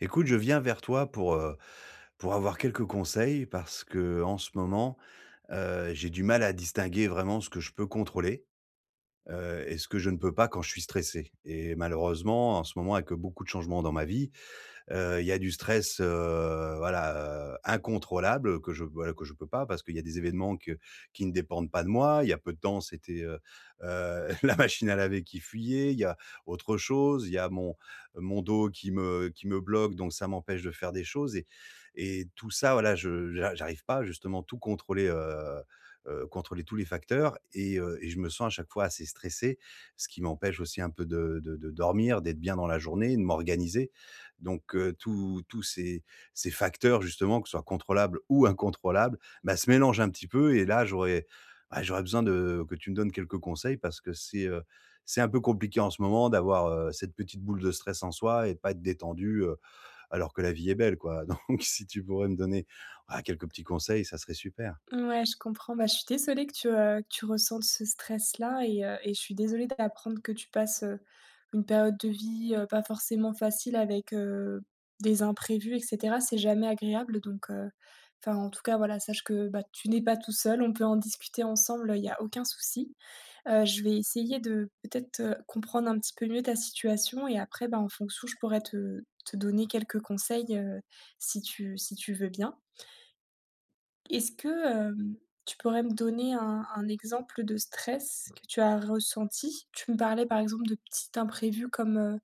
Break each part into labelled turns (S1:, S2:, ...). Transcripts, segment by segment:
S1: Écoute, je viens vers toi pour avoir quelques conseils parce que en ce moment, j'ai du mal à distinguer vraiment ce que je peux contrôler, et ce que je ne peux pas quand je suis stressé. Et malheureusement, en ce moment, avec beaucoup de changements dans ma vie, il y a du stress, voilà, incontrôlable, que je peux pas parce qu'il y a des événements que qui ne dépendent pas de moi. Il y a peu de temps, c'était, la machine à laver qui fuyait, il y a autre chose, il y a mon dos qui me bloque, donc ça m'empêche de faire des choses. Et tout ça, voilà, je j'a j'arrive pas justement tout contrôler, contrôler tous les facteurs, et je me sens à chaque fois assez stressé, ce qui m'empêche aussi un peu de dormir, d'être bien dans la journée, de m'organiser. Donc tous ces facteurs justement, que ce soit contrôlables ou incontrôlables, bah, se mélangent un petit peu. Et là, j'aurais besoin de que tu me donnes quelques conseils, parce que c'est un peu compliqué en ce moment d'avoir, cette petite boule de stress en soi et de pas être détendu, alors que la vie est belle, quoi. Donc si tu pourrais me donner, quelques petits conseils, ça serait super.
S2: Ouais, je comprends. Bah, je suis désolée que tu ressentes ce stress-là et et je suis désolée d'apprendre que tu passes, une période de vie, pas forcément facile avec, des imprévus et cetera. C'est jamais agréable donc enfin, en tout cas, voilà, sache que, bah, tu n'es pas tout seul. On peut en discuter ensemble, il n'y a aucun souci. Je vais essayer de peut-être, comprendre un petit peu mieux ta situation et après, bah, en fonction, je pourrais te donner quelques conseils, si tu si tu veux bien. Est-ce que, tu pourrais me donner un exemple de stress que tu as ressenti? Tu me parlais par exemple de petits imprévus comme,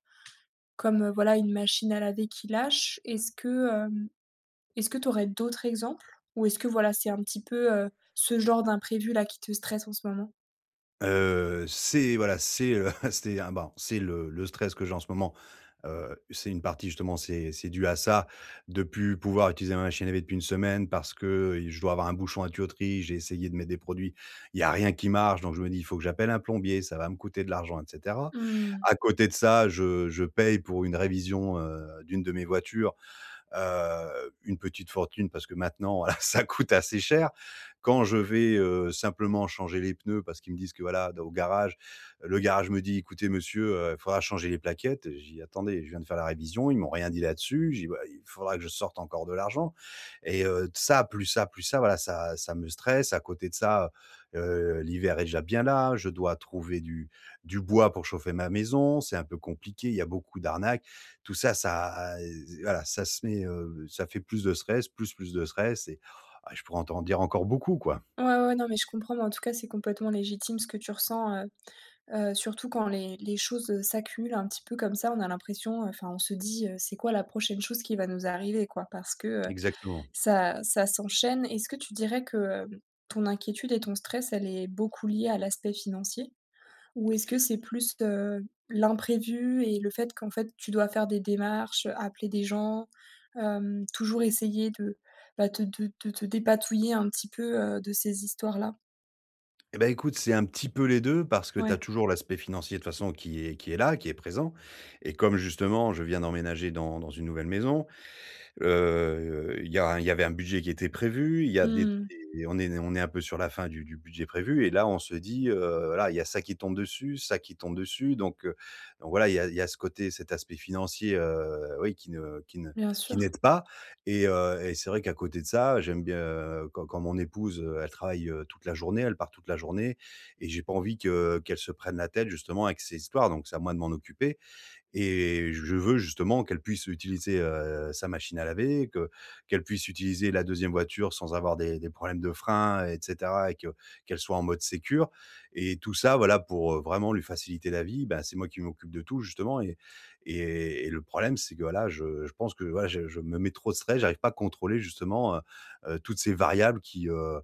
S2: comme, voilà une machine à laver qui lâche. Est-ce que, est-ce que tu aurais d'autres exemples? Ou est-ce que voilà, c'est un petit peu, ce genre d'imprévu là qui te stresse en ce moment?
S1: C'est le stress que j'ai en ce moment, c'est une partie justement, c'est dû à ça, de plus pouvoir utiliser ma machine à laver depuis une semaine parce que je dois avoir un bouchon à tuyauterie. J'ai essayé de mettre des produits, il y a rien qui marche, donc je me dis: «Il faut que j'appelle un plombier, ça va me coûter de l'argent et cetera».
S2: Mmh.
S1: À côté de ça, je paye pour une révision, d'une de mes voitures, une petite fortune parce que maintenant, voilà, ça coûte assez cher. Quand je vais, simplement changer les pneus parce qu'ils me disent que, voilà, au garage, le garage me dit: «Écoutez monsieur, il faudra changer les plaquettes». J'y attendais, je viens de faire la révision, ils m'ont rien dit là-dessus». Je «Bah, il faudra que je sorte encore de l'argent». Et ça, plus ça, plus ça, voilà, ça me stresse. À côté de ça, l'hiver est déjà bien là, je dois trouver du bois pour chauffer ma maison, c'est un peu compliqué, il y a beaucoup d'arnaques. Tout ça, ça, voilà, ça fait plus de stress, plus de stress. Et je pourrais en t'en dire encore beaucoup, quoi.
S2: Ouais, ouais, non mais je comprends, mais en tout cas, c'est complètement légitime ce que tu ressens, surtout quand les choses, s'accumulent un petit peu comme ça, on a l'impression, enfin on se dit, «C'est quoi la prochaine chose qui va nous arriver?» quoi, parce que,
S1: Exactement.
S2: Ça ça s'enchaîne. Est-ce que tu dirais que, hem, ton inquiétude et ton stress, elle est beaucoup liée à l'aspect financier? Ou est-ce que c'est plus, l'imprévu et le fait qu'en fait, tu dois faire des démarches, appeler des gens, toujours essayer de, bah, te de te dépatouiller un petit peu, de ces histoires-là?
S1: Et ben écoute, c'est un petit peu les 2 parce que tu as
S2: Ouais.
S1: toujours l'aspect financier de toute façon qui est là, qui est présent. Et comme justement je viens d'emménager dans une nouvelle maison, il y avait un budget qui était prévu, il y a
S2: Mmh.
S1: des on est un peu sur la fin du budget prévu. Et là, on se dit, voilà, il y a ça qui tombe dessus, ça qui tombe dessus. Donc voilà, il y a ce côté, cet aspect financier, oui, qui ne qui ne
S2: Bien
S1: qui
S2: sûr.
S1: n'aide pas Et c'est vrai qu'à côté de ça, j'aime bien, quand mon épouse, elle travaille, toute la journée, elle part toute la journée. Et j'ai pas envie que qu'elle se prenne la tête justement avec ces histoires, donc c'est à moi de m'en occuper. Et je veux justement qu'elle puisse utiliser, sa machine à laver, que qu'elle puisse utiliser la deuxième voiture sans avoir des problèmes de frein et cetera, et que qu'elle soit en mode sécure. Et tout ça, voilà, pour, vraiment lui faciliter la vie. Ben, c'est moi qui m'occupe de tout justement, et et le problème, c'est que, voilà, je pense que, voilà, je me mets trop de stress, j'arrive pas à contrôler justement, toutes ces variables qui,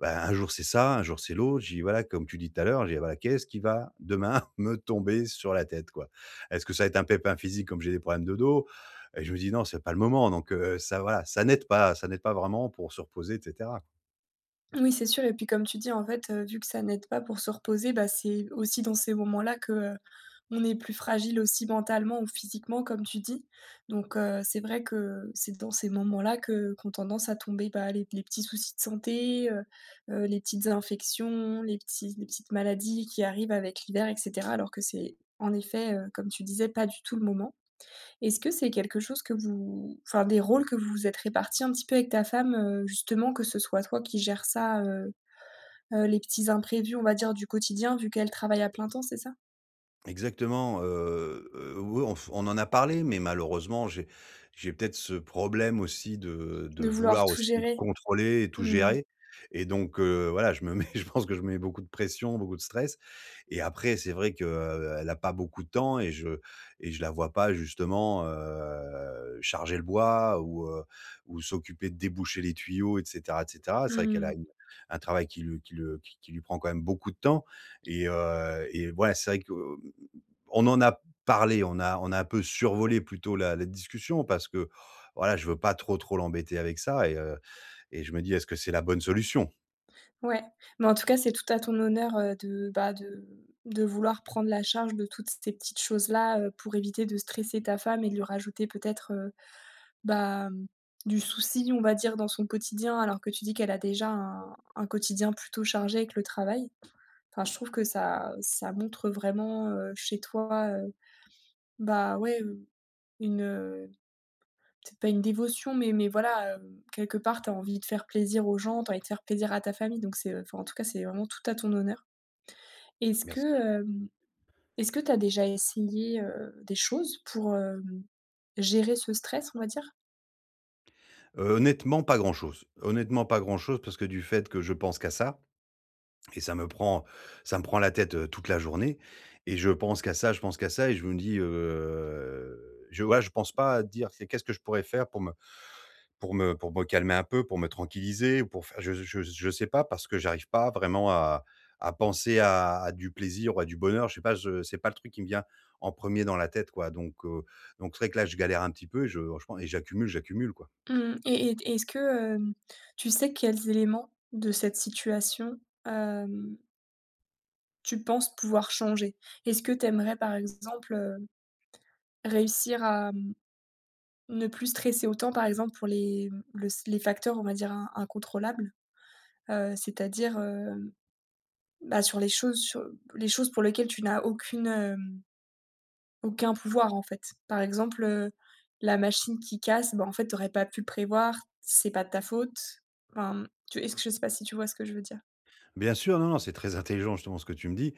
S1: bah, un jour c'est ça, un jour c'est l'autre. J'ai dit: «Voilà», comme tu dis tout à l'heure, j'ai dit: «Voilà, qu'est-ce qui va demain me tomber sur la tête, quoi?» Est-ce que ça va être un pépin physique comme j'ai des problèmes de dos? Et je me dis: «Non, c'est pas le moment». Donc ça voilà, ça n'aide pas vraiment pour se reposer et cetera.
S2: Oui, c'est sûr et puis comme tu dis, en fait, vu que ça n'aide pas pour se reposer, bah, c'est aussi dans ces moments-là que, on est plus fragile aussi mentalement ou physiquement comme tu dis. Donc c'est vrai que c'est dans ces moments-là que qu'on tendance à tomber, bah, les petits soucis de santé, les petites infections, les petites maladies qui arrivent avec l'hiver et cetera alors que c'est en effet, comme tu disais, pas du tout le moment. Est-ce que c'est quelque chose que vous enfin, des rôles que vous vous êtes répartis un petit peu avec ta femme, justement, que ce soit toi qui gères ça, les petits imprévus, on va dire, du quotidien, vu qu'elle travaille à plein temps, c'est ça?
S1: Exactement, oui, on en a parlé, mais malheureusement, j'ai peut-être ce problème aussi de
S2: De vouloir
S1: vouloir
S2: tout
S1: aussi
S2: gérer?
S1: contrôler et tout
S2: Mmh.
S1: gérer. Et donc voilà, je me mets je pense que je me mets beaucoup de pression, beaucoup de stress. Et après c'est vrai que, elle a pas beaucoup de temps, et je la vois pas justement, charger le bois ou s'occuper de déboucher les tuyaux et cetera et cetera. C'est vrai qu'elle
S2: Mmh.
S1: a une un travail qui lui qui le qui lui prend quand même beaucoup de temps. Et ouais, c'est vrai que on en a parlé, on a un peu survolé plutôt la discussion parce que, voilà, je veux pas trop l'embêter avec ça. Et je me dis: «Est-ce que c'est la bonne solution?»
S2: Ouais. Mais en tout cas, c'est tout à ton honneur, de, bah, de vouloir prendre la charge de toutes ces petites choses-là, pour éviter de stresser ta femme et de lui rajouter peut-être, bah, mmh, du souci, on va dire, dans son quotidien, alors que tu dis qu'elle a déjà un quotidien plutôt chargé avec le travail. Enfin, je trouve que ça ça montre vraiment, chez toi, bah, ouais, une, peut-être pas une dévotion, mais voilà, quelque part, tu as envie de faire plaisir aux gens, tu as envie de faire plaisir à ta famille, donc c'est, enfin, en tout cas, c'est vraiment tout à ton honneur. Est-ce que,
S1: Merci.
S2: est-ce que tu as déjà essayé, des choses pour, gérer ce stress, on va dire?
S1: Honnêtement, pas grand-chose. Honnêtement, pas grand-chose parce que du fait que je pense qu'à ça, et ça me prend la tête, toute la journée. Et je pense qu'à ça, je pense qu'à ça, et je me dis, je pense pas à dire: quest qu'est-ce que je pourrais faire pour me calmer un peu, pour me tranquilliser ou pour faire, je je sais pas, parce que j'arrive pas vraiment à penser à du plaisir ou à du bonheur. Je sais pas, je c'est pas le truc qui me vient en premier dans la tête, quoi. Donc c'est vrai que là, je galère un petit peu et je franchement, j'accumule, j'accumule, quoi.
S2: Mmh et est-ce que, tu sais quels éléments de cette situation, hem, tu penses pouvoir changer? Est-ce que tu aimerais, par exemple, réussir à, ne plus stresser autant, par exemple, pour les, le s les facteurs, on va dire, in incontrôlables, c'est-à-dire, bah, sur les choses pour lesquelles tu n'as aucune, aucun pouvoir, en fait. Par exemple, la machine qui casse, bah, en fait, tu aurais pas pu le prévoir, c'est pas de ta faute. Enfin, mmh, tu est-ce que je sais pas si tu vois ce que je veux dire?
S1: Bien sûr, non, non, c'est très intelligent justement ce que tu me dis.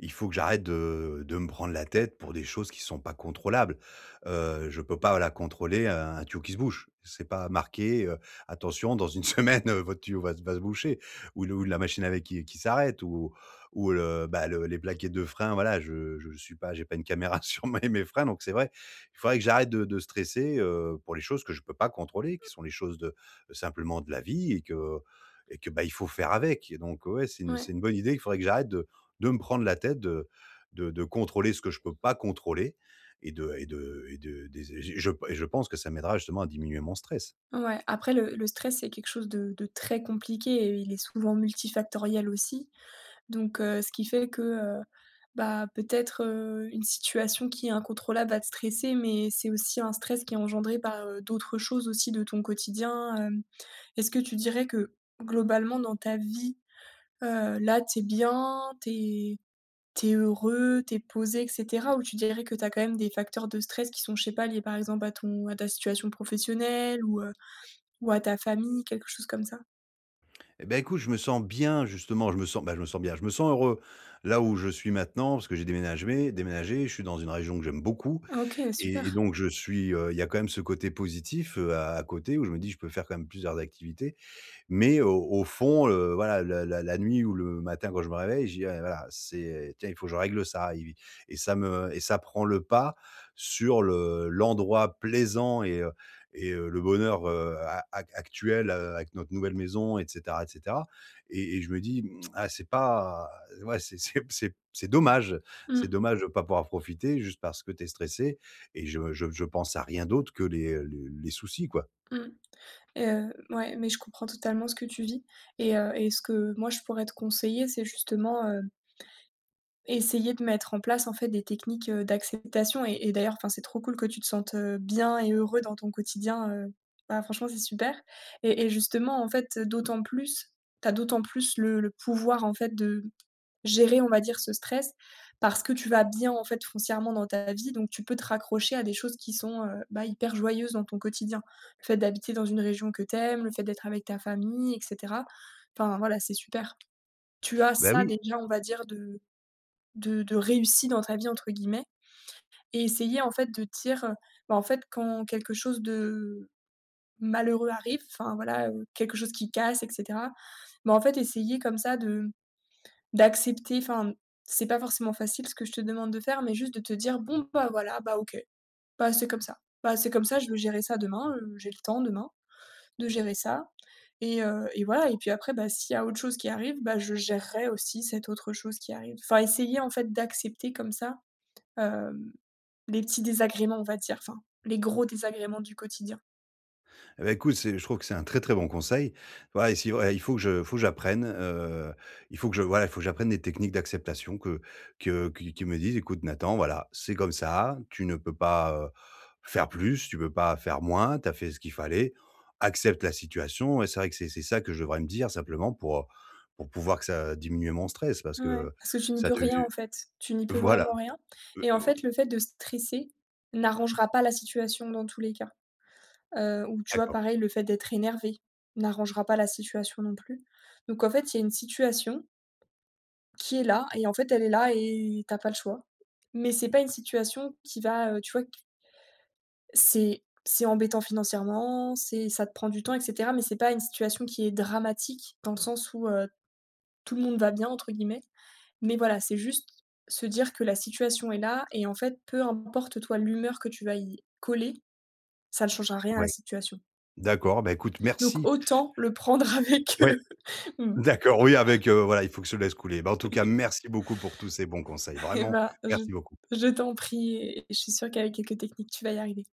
S1: Il faut que j'arrête de me prendre la tête pour des choses qui sont pas contrôlables. Je peux pas, la contrôler, un tuyau qui se bouche. C'est pas marqué, «Attention, dans une semaine, votre tuyau va se boucher», ou le ou la machine à laver qui s'arrête, ou le, bah, le les plaquettes de frein, voilà, je suis pas j'ai pas une caméra sur mes freins. Donc c'est vrai, il faudrait que j'arrête de stresser, pour les choses que je peux pas contrôler, qui sont les choses de simplement de la vie, et que, bah, il faut faire avec. Et donc ouais, c'est une
S2: Ouais,
S1: c'est une bonne idée. Il faudrait que j'arrête de me prendre la tête, de contrôler ce que je peux pas contrôler, et de et de et de des et je pense que ça m'aidera justement à diminuer mon stress.
S2: ouais. Après le stress, c'est quelque chose de très compliqué et il est souvent multifactoriel aussi. Donc ce qui fait que, bah, peut-être, une situation qui est incontrôlable va te stresser, mais c'est aussi un stress qui est engendré par, d'autres choses aussi de ton quotidien, hem. Est-ce que tu dirais que globalement dans ta vie, là, t'es bien, t'es heureux, t'es posé et cetera? Ou tu dirais que t'as quand même des facteurs de stress qui sont, je sais pas, liés par exemple à ton à ta situation professionnelle ou à ta famille, quelque chose comme ça?
S1: Eh ben écoute, je me sens bien justement, je me sens bien, je me sens heureux là où je suis maintenant parce que j'ai déménagé, je suis dans une région que j'aime beaucoup.
S2: Ah OK, super.
S1: Et donc je suis, il y a quand même ce côté positif, à côté où je me dis: «Je peux faire quand même plusieurs activités». Mais au fond, voilà, la nuit ou le matin quand je me réveille, je dis: «Ouais, voilà, c'est tiens, il faut que je règle ça». Et ça prend le pas sur le l'endroit plaisant et le bonheur, a ac actuel, avec notre nouvelle maison et cetera et cetera. Et je me dis: «Ah, c'est pas ouais, c'est dommage, c'est
S2: Mmh,
S1: dommage de pas pouvoir profiter juste parce que tu es stressé». Et je pense à rien d'autre que les soucis, quoi.
S2: mmh. Ouais, mais je comprends totalement ce que tu vis et et ce que moi je pourrais te conseiller, c'est justement, essayer de mettre en place en fait des techniques, d'acceptation et d'ailleurs, enfin, c'est trop cool que tu te sentes, bien et heureux dans ton quotidien, bah, franchement c'est super et justement en fait, d'autant plus tu as d'autant plus le pouvoir en fait de gérer, on va dire, ce stress parce que tu vas bien en fait foncièrement dans ta vie, donc tu peux te raccrocher à des choses qui sont bah, hyper joyeuses dans ton quotidien. Le fait d'habiter dans une région que t'aimes, le fait d'être avec ta famille, etc. Enfin voilà, c'est super. Tu as
S1: Ben
S2: ça
S1: oui.
S2: déjà, on va dire, de réussi dans ta vie entre guillemets, et essayer en fait de dire, bah, en fait quand quelque chose de malheureux arrive, enfin voilà, quelque chose qui casse, etc. Bah, en fait essayer comme ça de d'accepter, enfin, c'est pas forcément facile ce que je te demande de faire, mais juste de te dire: «Bon, bah, voilà, bah, OK. Bah, c'est comme ça. Bah, c'est comme ça, je vais gérer ça demain, j'ai le temps demain de gérer ça» et et voilà et puis après, bah, s'il y a autre chose qui arrive, bah, je gérerai aussi cette autre chose qui arrive. Enfin, essayer, en fait, d'accepter comme ça, hem, les petits désagréments, on va dire, enfin, les gros désagréments du quotidien.
S1: Eh beh, écoute, c'est je trouve que c'est un très, très bon conseil. Voilà, et si ouais, il faut que je faut que j'apprenne, il faut que j'apprenne des techniques d'acceptation que qui me disent: «Écoute Nathan, voilà, c'est comme ça, tu ne peux pas, faire plus, tu peux pas faire moins, tu as fait ce qu'il fallait, accepte la situation». Et c'est vrai que c'est ça que je devrais me dire simplement pour pouvoir que ça diminue mon stress parce
S2: Ouais,
S1: que
S2: parce que tu n'y
S1: ça
S2: peux rien,
S1: devient,
S2: en fait. Tu n'y peux
S1: voilà,
S2: vraiment rien et en
S1: oh,
S2: fait, le fait de stresser n'arrangera pas la situation dans tous les cas. Ou tu vois,
S1: d'accord,
S2: pareil, le fait d'être énervé n'arrangera pas la situation non plus. Donc en fait, il y a une situation qui est là et en fait, elle est là et t'as pas le choix. Mais c'est pas une situation qui va, tu vois, q c'est embêtant financièrement, c'est ça te prend du temps et cetera, mais c'est pas une situation qui est dramatique dans le sens où, tout le monde va bien entre guillemets. Mais voilà, c'est juste se dire que la situation est là et en fait, peu importe toi l'humeur que tu vas y coller, ça ne changera rien à la
S1: ouais,
S2: situation.
S1: d'accord. Ben écoute
S2: Donc
S1: merci.
S2: autant le prendre avec,
S1: Ouais.
S2: Mmh.
S1: D'accord, oui, avec, voilà, il faut que je laisse couler. Bah, en tout cas, merci beaucoup pour tous ces bons conseils,
S2: Et
S1: vraiment,
S2: ben,
S1: merci beaucoup.
S2: je t'en prie et je suis sûre qu'avec quelques techniques, tu vas y arriver.